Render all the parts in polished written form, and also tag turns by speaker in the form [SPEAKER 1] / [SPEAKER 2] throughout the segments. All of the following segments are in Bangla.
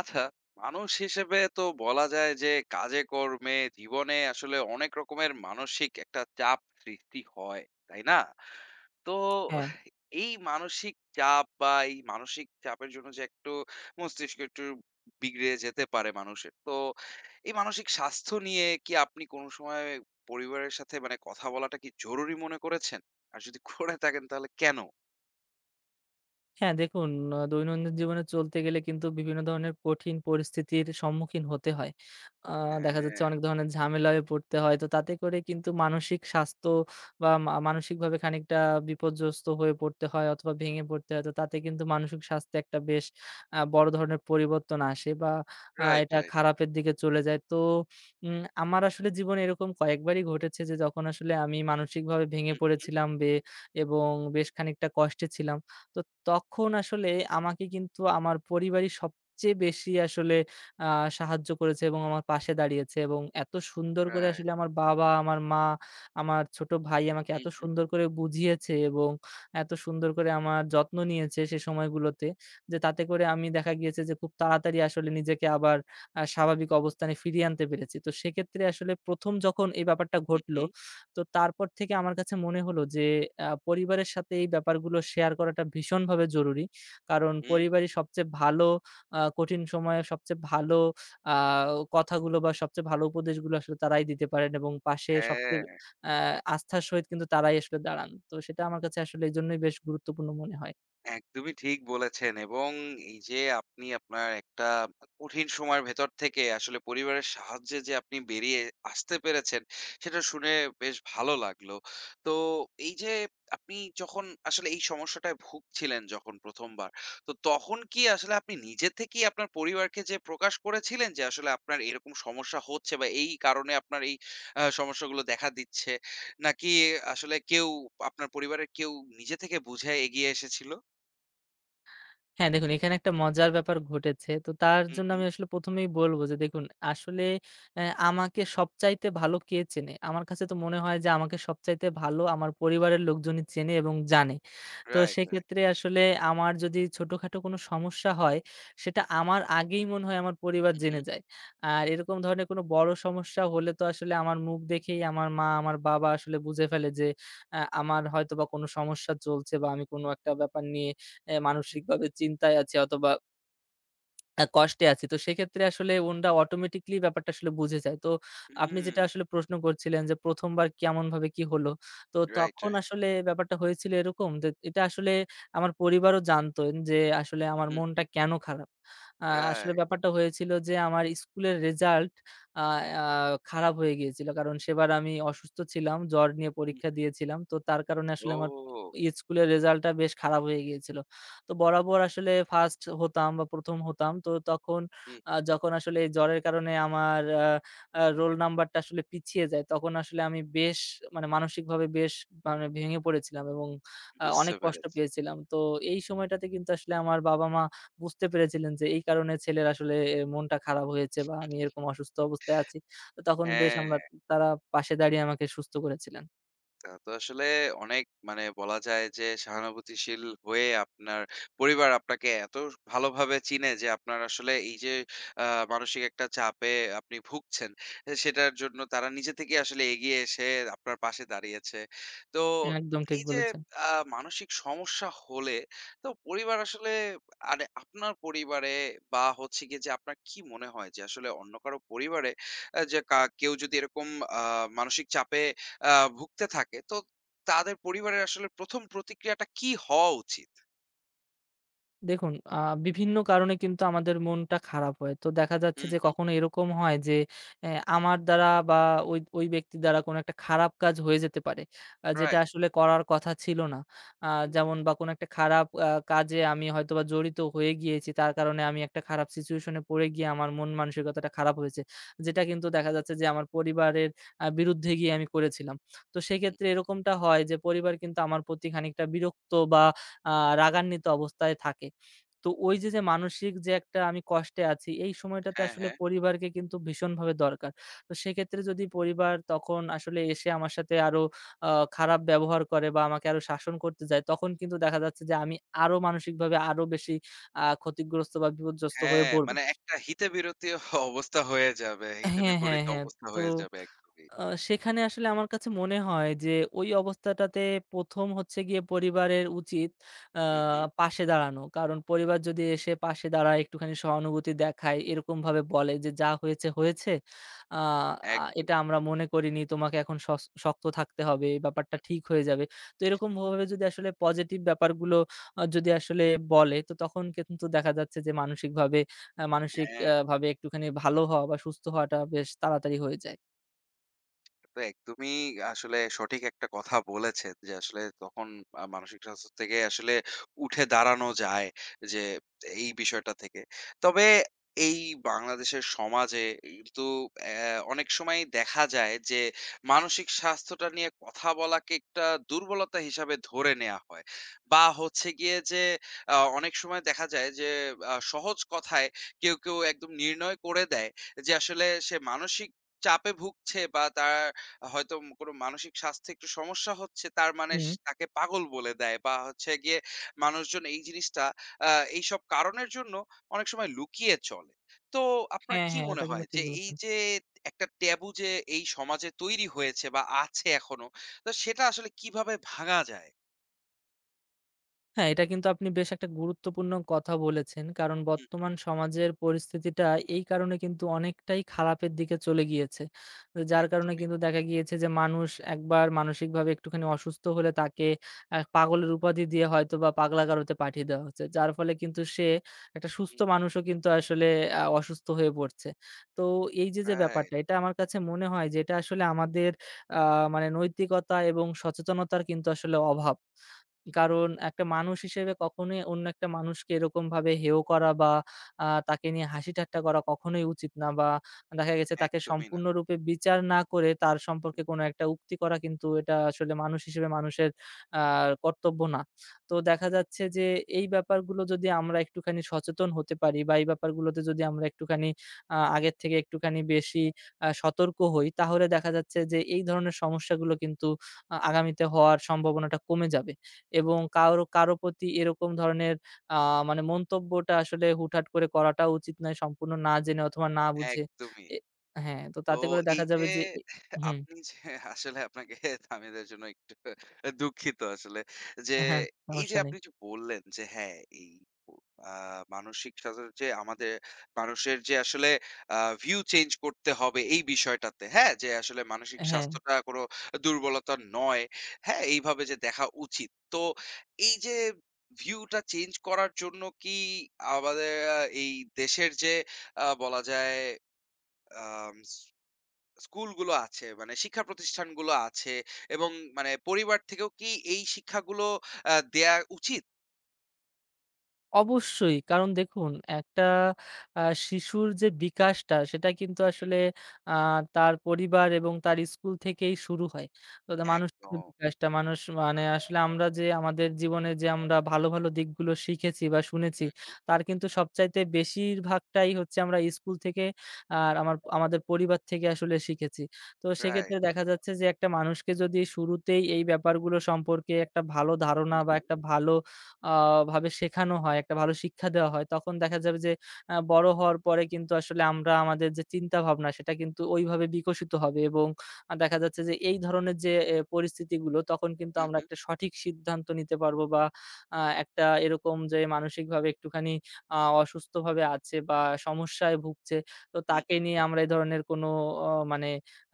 [SPEAKER 1] আচ্ছা, মানুষ হিসেবে তো বলা যায় যে কাজে কর্মে জীবনে আসলে অনেক রকমের মানসিক একটা চাপ সৃষ্টি হয়, তাই না? তো
[SPEAKER 2] হ্যাঁ,
[SPEAKER 1] এই মানসিক চাপ বা এই মানসিক চাপের জন্য যে একটু মস্তিষ্ক একটু বিগড়ে যেতে পারে মানুষের। তো এই মানসিক স্বাস্থ্য নিয়ে কি আপনি কোনো সময় পরিবারের সাথে মানে কথা বলাটা কি জরুরি মনে করেছেন? আর যদি করে থাকেন তাহলে কেন?
[SPEAKER 2] হ্যাঁ দেখুন দৈনন্দিন জীবনে চলতে গেলে কিন্তু বিভিন্ন ধরনের কঠিন পরিস্থিতির সম্মুখীন হতে হয়। আ দেখা
[SPEAKER 1] হ্যাঁ,
[SPEAKER 2] যাচ্ছে অনেক ধরনের ঝামেলায় পড়তে হয়। তো তাতে করে কিন্তু মানসিক স্বাস্থ্য বা মানসিকভাবে খানিকটা বিপর্যস্ত হয়ে পড়তে হয় অথবা ভেঙে পড়তে হয়। তো তাতে কিন্তু মানসিক স্বাস্থ্যে একটা বেশ বড় ধরনের পরিবর্তন আসে বা
[SPEAKER 1] রাইট,
[SPEAKER 2] এটা
[SPEAKER 1] রাইট।
[SPEAKER 2] খারাপের দিকে চলে যায়। তো আমার আসলে জীবনে এরকম কয়েকবারই ঘটেছে যে যখন আসলে আমি মানসিকভাবে ভেঙে
[SPEAKER 1] হু, হু।
[SPEAKER 2] পড়েছিলাম এবং বেশ খানিকটা কষ্টে ছিলাম। তো তখন আসলে আমাকে কিন্তু আমার পরিবারই সবচেয়ে বেশি আসলে আ সাহায্য করেছে এবং আমার পাশে দাঁড়িয়েছে, এবং এত সুন্দর করে
[SPEAKER 1] রাইট।
[SPEAKER 2] আসলে আমার বাবা, আমার মা, আমার ছোট ভাই আমাকে
[SPEAKER 1] হু,
[SPEAKER 2] এত
[SPEAKER 1] হু,
[SPEAKER 2] সুন্দর করে বুঝিয়েছে এবং এত সুন্দর করে আমার যত্ন নিয়েছে সে সময়গুলোতে, যে তাতে করে আমি দেখা গিয়েছে যে খুব তাড়াতাড়ি আসলে নিজেকে আবার স্বাভাবিক অবস্থানে ফিরিয়ে আনতে পেরেছি। তো সেক্ষেত্রে আসলে প্রথম যখন এই ব্যাপারটা
[SPEAKER 1] হু,
[SPEAKER 2] ঘটল,
[SPEAKER 1] হু,
[SPEAKER 2] তো তারপর থেকে আমার কাছে মনে হলো যে পরিবারের সাথে এই ব্যাপারগুলো শেয়ার করাটা ভীষণভাবে জরুরি। কারণ
[SPEAKER 1] হু।
[SPEAKER 2] পরিবারই সবচেয়ে ভালো, কঠিন সময়ে সবচেয়ে ভালো আ কথাগুলো বা সবচেয়ে ভালো উপদেশগুলো আসলে তারাই দিতে পারেন, এবং পাশে সবচেয়ে
[SPEAKER 1] হ্যাঁ।
[SPEAKER 2] আ আস্থার সহিত কিন্তু তারাই আসলে দাঁড়ান। তো সেটা আমার কাছে আসলে এজন্যই বেশ গুরুত্বপূর্ণ মনে হয়।
[SPEAKER 1] একদমই ঠিক বলেছেন। এবং এই যে আপনি আপনার একটা কঠিন সময়ের ভেতর থেকে আসলে পরিবারের সাহায্যে যে আপনি বেরিয়ে আসতে পেরেছেন, সেটা শুনে বেশ ভালো লাগলো। তো এই যে আপনি যখন আসলে এই সমস্যাটায় ভুগছিলেন যখন ১ম বার, তো তখন কি আসলে আপনি নিজে থেকেই আপনার পরিবারকে যে প্রকাশ করেছিলেন যে আসলে আপনার এরকম সমস্যা হচ্ছে বা এই কারণে আপনার এই সমস্যাগুলো দেখা দিচ্ছে? নাকি আসলে কেউ আপনার পরিবারের কেউ নিজে থেকে বুঝে এগিয়ে এসেছিল?
[SPEAKER 2] হ্যাঁ, দেখুন এখানে একটা মজার ব্যাপার ঘটেছে। তো তার
[SPEAKER 1] হুম,
[SPEAKER 2] জন্য
[SPEAKER 1] হুম।
[SPEAKER 2] আমি আসলে প্রথম এই বলব যে দেখুন আসলে অ্যা আমাকে সবচাইতে ভালো কে চেনে? আমার কাছে তো মনে হয় যে আমাকে সবচাইতে ভালো আমার পরিবারের লোকজনই চেনে এবং জানে। তো
[SPEAKER 1] রাইট, রাইট।
[SPEAKER 2] সেক্ষেত্রে আসলে আমার যদি ছোটখাটো কোনো সমস্যা হয়, সেটা আমার আগেই মনে হয় আমার পরিবার
[SPEAKER 1] হুম,
[SPEAKER 2] জেনে
[SPEAKER 1] হুম।
[SPEAKER 2] যায়। আর এরকম ধরনের কোনো বড় সমস্যা হলে তো আসলে আমার মুখ দেখেই আমার মা, আমার বাবা আসলে বুঝে ফেলে যে আমার হয়তোবা কোনো সমস্যা চলছে বা আমি কোনো একটা ব্যাপার নিয়ে মানসিকভাবে চিন্তায় আছি অথবা কষ্টে আছি। তো সেক্ষেত্রে আসলে ওনরা অটোমেটিক্যালি ব্যাপারটা আসলে বুঝে যায়। তো আপনি
[SPEAKER 1] হুম।
[SPEAKER 2] যেটা আসলে প্রশ্ন করছিলেন যে, প্রথম বার কেমনভাবে কি হলো? তো
[SPEAKER 1] রাইট,
[SPEAKER 2] তখন
[SPEAKER 1] রাইট।
[SPEAKER 2] আসলে ব্যাপারটা হয়েছিল এরকম যে, এটা আসলে আমার পরিবারও জানতেন যে আসলে আমার
[SPEAKER 1] হুম,
[SPEAKER 2] মনটা
[SPEAKER 1] হুম।
[SPEAKER 2] কেন খারাপ। আসলে
[SPEAKER 1] রাইট।
[SPEAKER 2] ব্যাপারটা হয়েছিল যে, আমার স্কুলের রেজাল্ট আ আ খারাপ হয়ে গিয়েছিল। কারণ সেবার আমি অসুস্থ ছিলাম, জ্বর নিয়ে পরীক্ষা
[SPEAKER 1] হুম।
[SPEAKER 2] দিয়েছিলাম। তো তার কারণে আসলে আমার
[SPEAKER 1] ও!
[SPEAKER 2] স্কুলের রেজাল্টটা বেশ খারাপ হয়ে গিয়েছিল। তো বরাবর আসলে ফার্স্ট হতাম বা প্রথম হতাম। তো তখন
[SPEAKER 1] হুম,
[SPEAKER 2] যখন আসলে এই জ্বরের কারণে আমার আ আ রোল নাম্বারটা আসলে পিছিয়ে যায়, তখন আসলে আমি বেশ মানে মানসিকভাবে বেশ মানে ভেঙে পড়েছিলাম এবং
[SPEAKER 1] বুঝতে
[SPEAKER 2] অনেক কষ্ট
[SPEAKER 1] পেরেছি।
[SPEAKER 2] পেয়েছিলাম। তো এই সময়টাতে কিন্তু আসলে আমার বাবা-মা বুঝতে পেরেছিলেন যে এই কারণে ছেলের আসলে মনটা খারাপ হয়েছে বা আমি এরকম অসুস্থ অবস্থায় আছি। তো তখন বেশ আমরা
[SPEAKER 1] হ্যাঁ।
[SPEAKER 2] তারা পাশে দাঁড়িয়ে আমাকে সুস্থ করেছিলেন।
[SPEAKER 1] তা তো আসলে অনেক মানে বলা যায় যে সহানুভূতিশীল হয়ে আপনার পরিবার আপনাকে এত ভালোভাবে চিনে যে আপনার আসলে এই যে মানসিক একটা চাপে আপনি ভুগছেন, সেটার জন্য তারা নিজে থেকে আসলে এগিয়ে এসে আপনার পাশে দাঁড়িয়েছে। তো
[SPEAKER 2] একদম ঠিক
[SPEAKER 1] এই যে
[SPEAKER 2] বলেছেন।
[SPEAKER 1] মানসিক সমস্যা হলে তো পরিবার আসলে, আরে আপনার পরিবারে বা হচ্ছে কি যে আপনার কি মনে হয় যে আসলে অন্য কারো পরিবারে, যে কেউ যদি এরকম মানসিক চাপে আ ভুগতে থাকে। তো তাদের পরিবারের আসলে ১ম প্রতিক্রিয়াটা কি হওয়া উচিত?
[SPEAKER 2] দেখুন বিভিন্ন কারণে কিন্তু আমাদের মনটা খারাপ হয়। তো দেখা যাচ্ছে
[SPEAKER 1] হুম,
[SPEAKER 2] যে
[SPEAKER 1] হুম।
[SPEAKER 2] কখনো এরকম হয় যে এ আমার দ্বারা বা ওই ব্যক্তির দ্বারা কোনো একটা খারাপ কাজ হয়ে যেতে পারে। যেটা
[SPEAKER 1] রাইট।
[SPEAKER 2] আসলে করার কথা ছিল না। আ
[SPEAKER 1] হুম,
[SPEAKER 2] যেমন বা কোনো একটা খারাপ কাজে আমি হয়তোবা জড়িত হয়ে গিয়েছি। তার কারণে আমি একটা খারাপ সিচুয়েশন এ পড়ে গিয়ে আমার মন মানসিকতাটা খারাপ হয়েছে। যেটা কিন্তু দেখা যাচ্ছে যে আমার পরিবারের বিরুদ্ধে গিয়ে আমি করেছিলাম। তো সেক্ষেত্রে
[SPEAKER 1] হুম।
[SPEAKER 2] এরকমটা হয় যে পরিবার কিন্তু আমার প্রতি খানিকটা বিরক্ত বা আ রাগান্বিত অবস্থায় থাকে। তো ওই যে, যে মানসিক যে একটা আমি কষ্টে আছি, এই সময়টাতে
[SPEAKER 1] হ্যাঁ,
[SPEAKER 2] আসলে
[SPEAKER 1] হ্যাঁ।
[SPEAKER 2] পরিবারকে কিন্তু ভীষণভাবে দরকার। তো সেক্ষেত্রে যদি পরিবার তখন আসলে এসে আমার সাথে আরো আ খারাপ ব্যবহার করে বা আমাকে আরো শাসন করতে যায়, তখন কিন্তু দেখা যাচ্ছে যে আমি আরো মানসিকভাবে আরো বেশি ক্ষতিগ্রস্ত বা বিপর্যস্ত হয়ে
[SPEAKER 1] হ্যাঁ,
[SPEAKER 2] পড়ব।
[SPEAKER 1] মানে একটা হিতে বিরতি অবস্থা হয়ে যাবে। হিতে
[SPEAKER 2] হ্যাঁ, হ্যাঁ,
[SPEAKER 1] বিপরীত
[SPEAKER 2] হ্যাঁ।
[SPEAKER 1] অবস্থা
[SPEAKER 2] তো
[SPEAKER 1] হয়ে যাবে একদমই।
[SPEAKER 2] আ সেখানে আসলে আমার কাছে মনে হয় যে ওই অবস্থাটাতে প্রথম হচ্ছে গিয়ে পরিবারের উচিত আ
[SPEAKER 1] হুম, হুম।
[SPEAKER 2] পাশে দাঁড়ানো। কারণ পরিবার যদি এসে পাশে দাঁড়ায়, একটুখানি সহানুভূতি দেখায়, এরকমভাবে বলে যে, "যা হয়েছে, হয়েছে। আ আ
[SPEAKER 1] একদম।
[SPEAKER 2] এটা আমরা মনে করিনি। তোমাকে এখন শক্ত থাকতে হবে। ব্যাপারটা ঠিক হয়ে যাবে।" তো এরকমভাবে যদি আসলে পজিটিভ ব্যাপারগুলো যদি আসলে বলে, তো তখন কিন্তু দেখা যাচ্ছে যে মানসিকভাবে মানসিক
[SPEAKER 1] হ্যাঁ।
[SPEAKER 2] ভাবে একটুখানি ভালো হওয়া বা সুস্থ হওয়াটা বেশ তাড়াতাড়ি হয়ে যায়।
[SPEAKER 1] তো একদমই আসলে সঠিক একটা কথা বলেছেন যে আসলে তখন মানসিক স্বাস্থ্য থেকে আসলে উঠে দাঁড়ানো যায় যে এই বিষয়টা থেকে। তবে এই বাংলাদেশের সমাজে কিন্তু অ্যা অনেক সময় দেখা যায় যে মানসিক স্বাস্থ্যটা নিয়ে কথা বলাকে একটা দুর্বলতা হিসাবে ধরে নেয়া হয়। বা হচ্ছে গিয়ে যে অনেক সময় দেখা যায় যে সহজ কথায় কেউ একদম নির্ণয় করে দেয় যে আসলে সে মানসিক চাপে ভুগছে বা তার হয়তো কোনো মানসিক স্বাস্থ্যে একটু সমস্যা হচ্ছে, তার মানে
[SPEAKER 2] হুম।
[SPEAKER 1] তাকে পাগল বলে দেয় বা হচ্ছে গিয়ে মানুষজন এই জিনিসটা আ এইসব কারণের জন্য অনেক সময় লুকিয়ে চলে। তো আপনার
[SPEAKER 2] হ্যাঁ,
[SPEAKER 1] কি
[SPEAKER 2] হ্যাঁ। এটা
[SPEAKER 1] মনে
[SPEAKER 2] কিন্তু
[SPEAKER 1] হয়
[SPEAKER 2] ঠিক
[SPEAKER 1] যে এই
[SPEAKER 2] বলেছেন।
[SPEAKER 1] যে একটা ট্যাবু যে এই সমাজে তৈরি হয়েছে বা আছে এখনো, তো সেটা আসলে কিভাবে ভাঙা যায়?
[SPEAKER 2] হ্যাঁ, এটা কিন্তু আপনি বেশ একটা গুরুত্বপূর্ণ কথা বলেছেন। কারণ
[SPEAKER 1] হুম,
[SPEAKER 2] বর্তমান সমাজের পরিস্থিতিটা এই কারণে কিন্তু অনেকটাই খারাপের দিকে চলে গিয়েছে। যার কারণে
[SPEAKER 1] একদমই।
[SPEAKER 2] কিন্তু দেখা গিয়েছে যে মানুষ একবার মানসিকভাবে একটুখানি অসুস্থ হলে তাকে পাগলের উপাধি দিয়ে হয়তোবা পাগলাগারদে পাঠিয়ে দেওয়া হচ্ছে। যার ফলে কিন্তু সে একটা সুস্থ
[SPEAKER 1] হুম,
[SPEAKER 2] মানুষও কিন্তু আসলে অসুস্থ হয়ে পড়ছে। তো এই যে, যে ব্যাপারটা,
[SPEAKER 1] রাইট।
[SPEAKER 2] এটা আমার কাছে মনে হয় যে এটা আসলে আমাদের আ মানে নৈতিকতা এবং সচেতনতার কিন্তু আসলে অভাব। কারণ একটা মানুষ হিসেবে কখনোই অন্য একটা মানুষকে এরকমভাবে হেয় করা বা তাকে নিয়ে হাসি-ঠাট্টা করা কখনোই উচিত না, বা দেখা গেছে তাকে
[SPEAKER 1] একদমই না।
[SPEAKER 2] সম্পূর্ণরূপে বিচার না করে তার সম্পর্কে কোনো একটা উক্তি করা, কিন্তু এটা আসলে মানুষ হিসেবে মানুষের আ কর্তব্য না। তো দেখা যাচ্ছে যে এই ব্যাপারগুলো যদি আমরা একটুখানি সচেতন হতে পারি বা এই ব্যাপারগুলোতে যদি আমরা একটুখানি আগের থেকে একটুখানি বেশি সতর্ক হই, তাহলে দেখা যাচ্ছে যে এই ধরনের সমস্যাগুলো কিন্তু আগামীতে হওয়ার সম্ভাবনাটা কমে যাবে। এবং কারো, কারো প্রতি এরকম ধরনের আ মানে মন্তব্যটা আসলে হুটহাট করে করাটা উচিত নয় সম্পূর্ণ না জেনে অথবা না বুঝে।
[SPEAKER 1] একদমই।
[SPEAKER 2] এ হ্যাঁ, তো
[SPEAKER 1] তো
[SPEAKER 2] তাতে করে দেখা
[SPEAKER 1] এই যে
[SPEAKER 2] যাবে যে হুম,
[SPEAKER 1] আপনি যে আসলে আপনাকে থামিয়ে দেওয়ার জন্য একটু দুঃখিত আসলে। যে
[SPEAKER 2] হ্যাঁ,
[SPEAKER 1] এই যে
[SPEAKER 2] সমস্যা নেই।
[SPEAKER 1] আপনি যে বললেন যে হ্যাঁ, এই আ মানসিক স্বাস্থ্যের যে আমাদের মানুষের যে আসলে আ ভিউ চেঞ্জ করতে হবে এই বিষয়টাতে, হ্যাঁ? যে আসলে মানসিক
[SPEAKER 2] হ্যাঁ।
[SPEAKER 1] স্বাস্থ্যটা কোনো দুর্বলতা নয়, হ্যাঁ? এইভাবে যে দেখা উচিত। তো এই যে ভিউটা চেঞ্জ করার জন্য কি আমাদের এই দেশের যে বলা যায় আম স্কুলগুলো আছে মানে শিক্ষা প্রতিষ্ঠানগুলো আছে, এবং মানে পরিবার থেকেও কি এই শিক্ষাগুলো দেয়া উচিত?
[SPEAKER 2] অবশ্যই। কারণ দেখুন একটা আ শিশুর যে বিকাশটা, সেটা কিন্তু
[SPEAKER 1] হুম, হুম।
[SPEAKER 2] আসলে আ তার পরিবার এবং তার স্কুল থেকেই শুরু হয়। তো তা মানুষের যে
[SPEAKER 1] একদম।
[SPEAKER 2] বিকাশটা, মানুষ মানে আসলে আমরা যে আমাদের জীবনে যে আমরা ভালো, ভালো দিকগুলো শিখেছি বা শুনেছি, তার কিন্তু সবচাইতে বেশিরভাগটাই হচ্ছে আমরা স্কুল থেকে আর আমার আমাদের পরিবার থেকে আসলে শিখেছি। তো সেক্ষেত্রে
[SPEAKER 1] রাইট।
[SPEAKER 2] দেখা যাচ্ছে যে একটা মানুষকে যদি শুরুতেই এই ব্যাপারগুলো সম্পর্কে একটা ভালো
[SPEAKER 1] হুম,
[SPEAKER 2] ধারণা বা
[SPEAKER 1] রাইট।
[SPEAKER 2] একটা ভালো আ ভাবে শেখানো হয়, একটা ভালো শিক্ষা দেওয়া হয়, তখন দেখা যাবে যে বড় হওয়ার পরে কিন্তু আসলে আমরা আমাদের যে চিন্তাভাবনা, সেটা কিন্তু ওইভাবে বিকশিত হবে। এবং দেখা যাচ্ছে যে এই ধরনের যে পরিস্থিতিগুলো, তখন
[SPEAKER 1] হুম,
[SPEAKER 2] কিন্তু
[SPEAKER 1] হুম, হুম,
[SPEAKER 2] আমরা
[SPEAKER 1] হুম,
[SPEAKER 2] একটা সঠিক সিদ্ধান্ত নিতে পারবো বা একটা এরকম যে, মানসিকভাবে একটুখানি অসুস্থভাবে আছে বা সমস্যায় ভুগছে, তো
[SPEAKER 1] হুম,
[SPEAKER 2] তাকে
[SPEAKER 1] হুম।
[SPEAKER 2] নিয়ে আমরা এ ধরনের কোনো মানে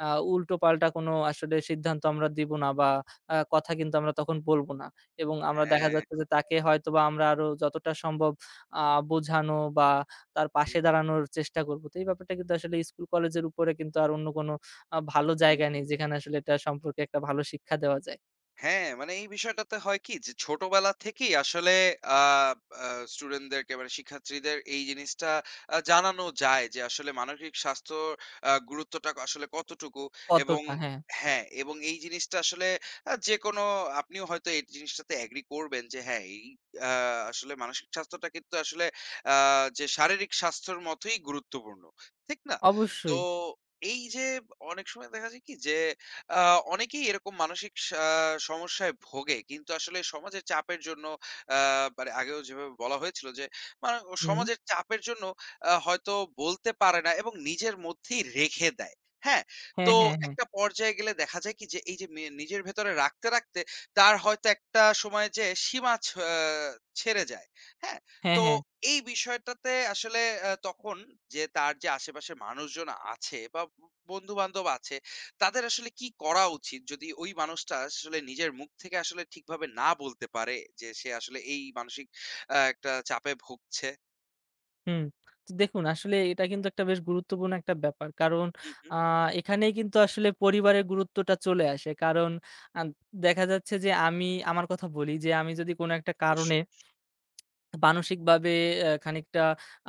[SPEAKER 2] আ উল্টোপাল্টা কোনো আসলে সিদ্ধান্ত আমরা দিব না বা কথা কিন্তু আমরা তখন বলব না। এবং আমরা দেখা
[SPEAKER 1] হ্যাঁ।
[SPEAKER 2] যাচ্ছে যে তাকে হয়তোবা আমরা আরো যতটা সম্ভব আ বোঝানো বা তার
[SPEAKER 1] হুম,
[SPEAKER 2] পাশে দাঁড়ানোর চেষ্টা করব। তো এই ব্যাপারটা কিন্তু আসলে স্কুল কলেজের উপরে কিন্তু আর অন্য কোনো ভালো
[SPEAKER 1] হুম,
[SPEAKER 2] জায়গা নেই
[SPEAKER 1] হুম।
[SPEAKER 2] যেখানে আসলে এটা সম্পর্কে একটা ভালো শিক্ষা দেওয়া যায়।
[SPEAKER 1] হ্যাঁ, মানে এই বিষয়টাতে হয় কি যে ছোটবেলা থেকেই আসলে আ আ স্টুডেন্টদেরকে মানে শিক্ষার্থীদের এই জিনিসটা জানানো যায় যে আসলে মানসিক স্বাস্থ্যর গুরুত্বটা আসলে কতটুকু এবং
[SPEAKER 2] কতটা, হ্যাঁ,
[SPEAKER 1] হ্যাঁ, এবং এই জিনিসটা আসলে যেকোনো আপনিও হয়তো এই জিনিসটাতে এগ্রি করবেন যে হ্যাঁ, এই আ আসলে মানসিক স্বাস্থ্যটা কিন্তু আসলে আ যে শারীরিক স্বাস্থ্যের মতোই গুরুত্বপূর্ণ। ঠিক না? তো
[SPEAKER 2] অবশ্যই।
[SPEAKER 1] এই যে অনেক সময় দেখা যায় কি যে আ অনেকেই এরকম মানসিক সমস্যায় ভোগে। কিন্তু আসলে সমাজের চাপের জন্য আ মানে আগেও যেভাবে বলা হয়েছিল যে, মানে ও
[SPEAKER 2] হুম।
[SPEAKER 1] সমাজের চাপের জন্য হয়তো বলতে পারে না এবং নিজের মধ্যেই রেখে দেয়। হ্যাঁ?
[SPEAKER 2] হ্যাঁ,
[SPEAKER 1] তো
[SPEAKER 2] হ্যাঁ, হ্যাঁ।
[SPEAKER 1] একটা পর্যায়ে গেলে দেখা যায় কি যে, এই যে নিজের ভেতরে রাখতে, রাখতে, তার হয়তো একটা সময় যেয়ে সীমা ছ আ ছেড়ে যায়। হ্যাঁ?
[SPEAKER 2] হ্যাঁ,
[SPEAKER 1] তো
[SPEAKER 2] হ্যাঁ।
[SPEAKER 1] এই বিষয়টাতে আসলে তখন যে তার যে আশেপাশের মানুষজন আছে বা বন্ধু-বান্ধব আছে, তাদের আসলে কি করা উচিত যদি ওই মানুষটা আসলে নিজের মুখ থেকে আসলে ঠিকভাবে না বলতে পারে যে সে আসলে এই মানসিক একটা চাপে ভুগছে?
[SPEAKER 2] হুম। তো দেখুন আসলে এটা কিন্তু একটা বেশ গুরুত্বপূর্ণ একটা ব্যাপার। কারণ
[SPEAKER 1] হুম,
[SPEAKER 2] আ
[SPEAKER 1] হুম,
[SPEAKER 2] এখানেই কিন্তু আসলে পরিবারের গুরুত্বটা চলে আসে। কারণ আ দেখা যাচ্ছে যে আমি আমার কথা বলি, যে আমি যদি কোনো একটা কারণে
[SPEAKER 1] অবশ্যই।
[SPEAKER 2] মানসিকভাবে খানিকটা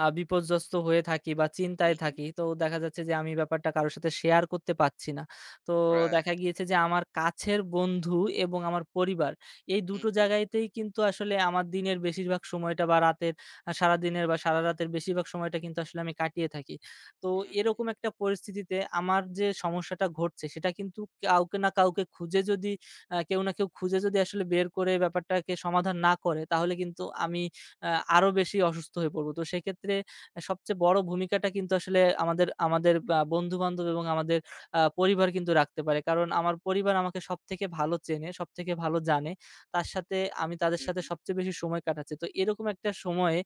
[SPEAKER 2] বিপর্যস্ত হয়ে থাকি বা
[SPEAKER 1] হুম,
[SPEAKER 2] চিন্তায়
[SPEAKER 1] হুম।
[SPEAKER 2] থাকি। তো দেখা যাচ্ছে যে আমি ব্যাপারটা কারো সাথে শেয়ার করতে পারছি না। তো
[SPEAKER 1] রাইট।
[SPEAKER 2] দেখা গিয়েছে যে আমার কাছের বন্ধু এবং আমার পরিবার, এই
[SPEAKER 1] হুম,
[SPEAKER 2] দুটো
[SPEAKER 1] হুম।
[SPEAKER 2] জায়গাতেই কিন্তু আসলে আমার দিনের বেশিরভাগ সময়টা বা রাতের সারাদিনের বা সারারাতের বেশিরভাগ সময়টা কিন্তু আসলে আমি কাটিয়ে থাকি। তো
[SPEAKER 1] হুম,
[SPEAKER 2] এরকম একটা পরিস্থিতিতে আমার যে সমস্যাটা ঘটছে, সেটা কিন্তু কাউকে না কাউকে খুঁজে যদি আ কেউ না কেউ খুঁজে যদি আসলে বের করে ব্যাপারটাকে সমাধান না করে, তাহলে কিন্তু আমি আ আরো বেশি অসুস্থ হয়ে পড়ব। তো সেক্ষেত্রে সবচেয়ে বড় ভূমিকাটা কিন্তু আসলে আমাদের আমাদের বা বন্ধু-বান্ধব এবং আমাদের পরিবার
[SPEAKER 1] হুম,
[SPEAKER 2] কিন্তু রাখতে পারে। কারণ আমার পরিবার আমাকে সবথেকে ভালো চেনে, সবথেকে ভালো জানে। তার সাথে আমি তাদের
[SPEAKER 1] হুম,
[SPEAKER 2] সাথে
[SPEAKER 1] হুম।
[SPEAKER 2] সবচেয়ে বেশি সময় কাটাচ্ছি। তো এরকম একটা সময়ে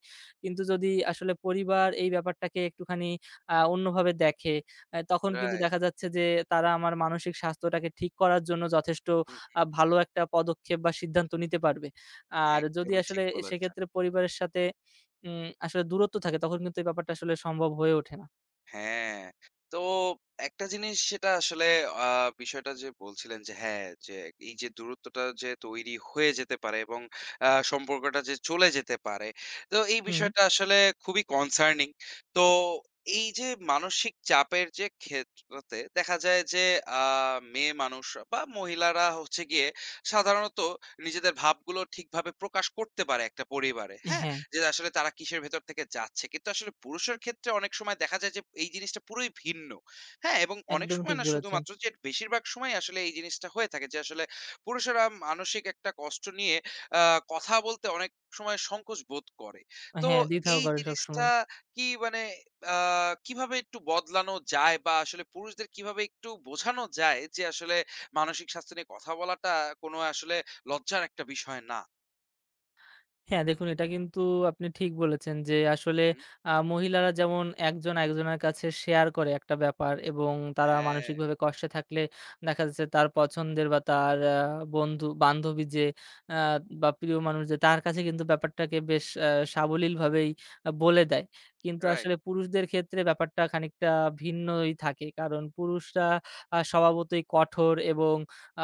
[SPEAKER 2] কিন্তু যদি আসলে পরিবার এই ব্যাপারটাকে একটুখানি অন্যভাবে দেখে, তখন কিন্তু
[SPEAKER 1] রাইট।
[SPEAKER 2] দেখা যাচ্ছে যে তারা আমার মানসিক স্বাস্থ্যটাকে ঠিক করার জন্য যথেষ্ট
[SPEAKER 1] হুম,
[SPEAKER 2] ভালো একটা পদক্ষেপ বা সিদ্ধান্ত নিতে পারবে। আর যদি
[SPEAKER 1] একদমই
[SPEAKER 2] আসলে
[SPEAKER 1] ঠিক বলেছেন।
[SPEAKER 2] সেক্ষেত্রে পরিবারের সাথে আসলে দূরত্ব থাকে, তখন কিন্তু এই ব্যাপারটা আসলে সম্ভব হয়ে ওঠে না।
[SPEAKER 1] হ্যাঁ, তো একটা জিনিস সেটা আসলে আ বিষয়টা যে বলছিলেন যে হ্যাঁ, যে এই যে দূরত্বটা যে তৈরি হয়ে যেতে পারে এবং সম্পর্কটা যে চলে যেতে পারে। তো এই
[SPEAKER 2] হুম।
[SPEAKER 1] বিষয়টা আসলে খুবই কনসার্নিং। তো এই যে মানসিক চাপের যে ক্ষেত্রতে দেখা যায় যে আ মেয়ে মানুষ বা মহিলারা হচ্ছে গিয়ে সাধারণত নিজেদের ভাবগুলো ঠিকভাবে প্রকাশ করতে পারে একটা পরিবারে। হ্যাঁ?
[SPEAKER 2] হ্যাঁ,
[SPEAKER 1] যে আসলে তারা কিসের ভেতর থেকে যাচ্ছে। কিন্তু আসলে পুরুষের ক্ষেত্রে অনেক সময় দেখা যায় যে এই জিনিসটা পুরোই ভিন্ন। হ্যাঁ? এবং অনেক
[SPEAKER 2] একদম
[SPEAKER 1] সময়
[SPEAKER 2] ঠিক
[SPEAKER 1] না
[SPEAKER 2] বলেছেন।
[SPEAKER 1] শুধুমাত্র যে বেশিরভাগ সময় আসলে এই জিনিসটা হয়ে থাকে যে আসলে পুরুষেরা মানসিক একটা কষ্ট নিয়ে আ কথা বলতে অনেক সময় সংকোচ বোধ করে। তো
[SPEAKER 2] হ্যাঁ, দ্বিধাও
[SPEAKER 1] এই
[SPEAKER 2] করে
[SPEAKER 1] জিনিসটা
[SPEAKER 2] সবসময়।
[SPEAKER 1] কি মানে আ কিভাবে একটু বদলানো যায় বা আসলে পুরুষদের কিভাবে একটু বোঝানো যায় যে আসলে মানসিক স্বাস্থ্য নিয়ে কথা বলাটা কোনো আসলে লজ্জার একটা বিষয় না?
[SPEAKER 2] হ্যাঁ, দেখুন এটা কিন্তু আপনি ঠিক বলেছেন যে আসলে
[SPEAKER 1] হুম,
[SPEAKER 2] মহিলারা যেমন একজন একজনের কাছে শেয়ার করে একটা ব্যাপার, এবং তারা
[SPEAKER 1] হ্যাঁ,
[SPEAKER 2] মানসিকভাবে কষ্টে থাকলে দেখা যাচ্ছে তার পছন্দের বা তার বন্ধু, বান্ধবী যে আ বা প্রিয় মানুষ, যে তার কাছে কিন্তু ব্যাপারটাকে বেশ সাবলীলভাবেই বলে দেয়। কিন্তু
[SPEAKER 1] রাইট।
[SPEAKER 2] আসলে পুরুষদের ক্ষেত্রে ব্যাপারটা খানিকটা ভিন্নই থাকে। কারণ পুরুষরা স্বভাবতই কঠোর এবং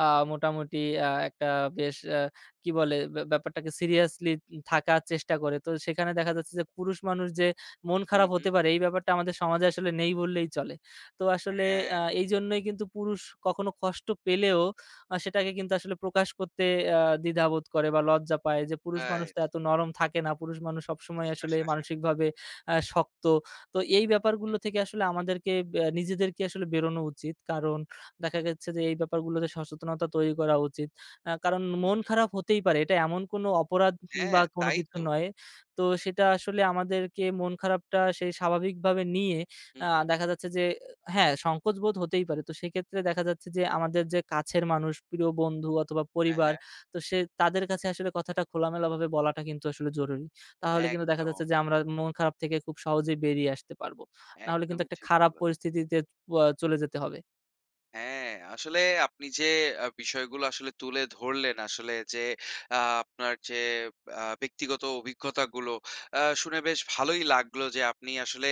[SPEAKER 2] আ মোটামুটি একটা বেশ কি বলে ব্যাপারটাকে সিরিয়াসলি থাকার চেষ্টা করে। তো সেখানে দেখা যাচ্ছে যে পুরুষ মানুষ যে মন
[SPEAKER 1] হুম,
[SPEAKER 2] খারাপ হতে
[SPEAKER 1] হুম।
[SPEAKER 2] পারে, এই ব্যাপারটা আমাদের সমাজে আসলে নেই বললেই চলে। তো আসলে
[SPEAKER 1] হ্যাঁ,
[SPEAKER 2] এইজন্যই কিন্তু পুরুষ কখনো কষ্ট পেলেও সেটাকে কিন্তু আসলে প্রকাশ করতে দ্বিধাবোধ করে বা লজ্জা পায়, যে পুরুষ মানুষ তো
[SPEAKER 1] রাইট।
[SPEAKER 2] এত নরম থাকে না। পুরুষ মানুষ সবসময় আসলে মানসিকভাবে শক্ত। তো এই ব্যাপারগুলো
[SPEAKER 1] হুম,
[SPEAKER 2] থেকে আসলে আমাদেরকে নিজেদেরকে আসলে বেরোনো উচিত। কারণ দেখা গেছে যে এই ব্যাপারগুলোতে সচেতনতা তৈরি করা উচিত। কারণ মন
[SPEAKER 1] হুম।
[SPEAKER 2] খারাপ হতেই পারে। এটা এমন কোনো অপরাধ বা
[SPEAKER 1] হ্যাঁ,
[SPEAKER 2] কোনো
[SPEAKER 1] তাই
[SPEAKER 2] কিছু
[SPEAKER 1] তো।
[SPEAKER 2] নয়। তো সেটা আসলে আমাদেরকে মন খারাপটা সেই স্বাভাবিকভাবে নিয়ে আ
[SPEAKER 1] হুম, হুম।
[SPEAKER 2] দেখা যাচ্ছে যে হ্যাঁ, সংকোচ বোধ হতেই পারে। তো সেক্ষেত্রে দেখা যাচ্ছে যে আমাদের যে কাছের মানুষ, প্রিয় বন্ধু অথবা
[SPEAKER 1] হ্যাঁ,
[SPEAKER 2] পরিবার,
[SPEAKER 1] হ্যাঁ।
[SPEAKER 2] তো সে তাদের কাছে আসলে কথাটা খোলামেলাভাবে বলাটা কিন্তু আসলে জরুরি। তাহলে কিন্তু দেখা
[SPEAKER 1] একদম।
[SPEAKER 2] যাচ্ছে যে আমরা মন খারাপ থেকে খুব সহজেই বেরিয়ে আসতে পারবো। নাহলে কিন্তু
[SPEAKER 1] একদমই
[SPEAKER 2] একটা
[SPEAKER 1] ঠিক
[SPEAKER 2] খারাপ
[SPEAKER 1] বলেছেন।
[SPEAKER 2] পরিস্থিতিতে প চলে যেতে হবে।
[SPEAKER 1] হ্যাঁ, আসলে আপনি যে বিষয়গুলো আসলে তুলে ধরলেন আসলে যে আপনার যে ব্যক্তিগত অভিজ্ঞতাগুলো শুনে বেশ ভালোই লাগলো যে আপনি আসলে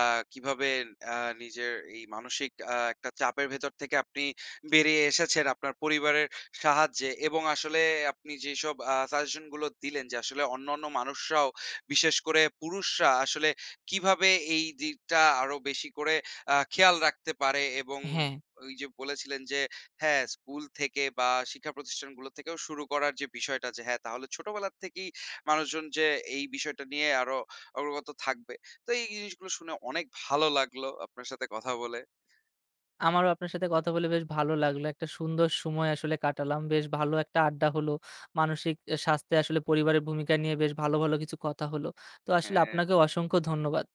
[SPEAKER 1] আ কিভাবে আ নিজের এই মানসিক একটা চাপের ভেতর থেকে আপনি বেরিয়ে এসেছেন আপনার পরিবারের সাহায্যে, এবং আসলে আপনি যেসব সাজেশন গুলো দিলেন যে আসলে অন্যান্য মানুষরাও বিশেষ করে পুরুষরা আসলে কিভাবে এই দিকটা আরো বেশি করে খেয়াল রাখতে পারে, এবং
[SPEAKER 2] হ্যাঁ।
[SPEAKER 1] ওই যে বলেছিলেন যে হ্যাঁ, স্কুল থেকে বা শিক্ষা প্রতিষ্ঠানগুলো থেকেও শুরু করার যে বিষয়টা যে হ্যাঁ, তাহলে ছোটবেলার থেকেই মানুষজন যে এই বিষয়টা নিয়ে আরো অগ্রগত থাকবে। তো এই জিনিসগুলো শুনে অনেক ভালো লাগলো আপনার সাথে কথা বলে।
[SPEAKER 2] আমারও আপনার সাথে কথা বলে বেশ ভালো লাগলো। একটা সুন্দর সময় আসলে কাটালাম। বেশ ভালো একটা আড্ডা হলো। মানসিক স্বাস্থ্যে আসলে পরিবারের ভূমিকা নিয়ে বেশ ভালো, ভালো কিছু কথা হলো। তো আসলে
[SPEAKER 1] হ্যাঁ।
[SPEAKER 2] আপনাকেও অসংখ্য ধন্যবাদ।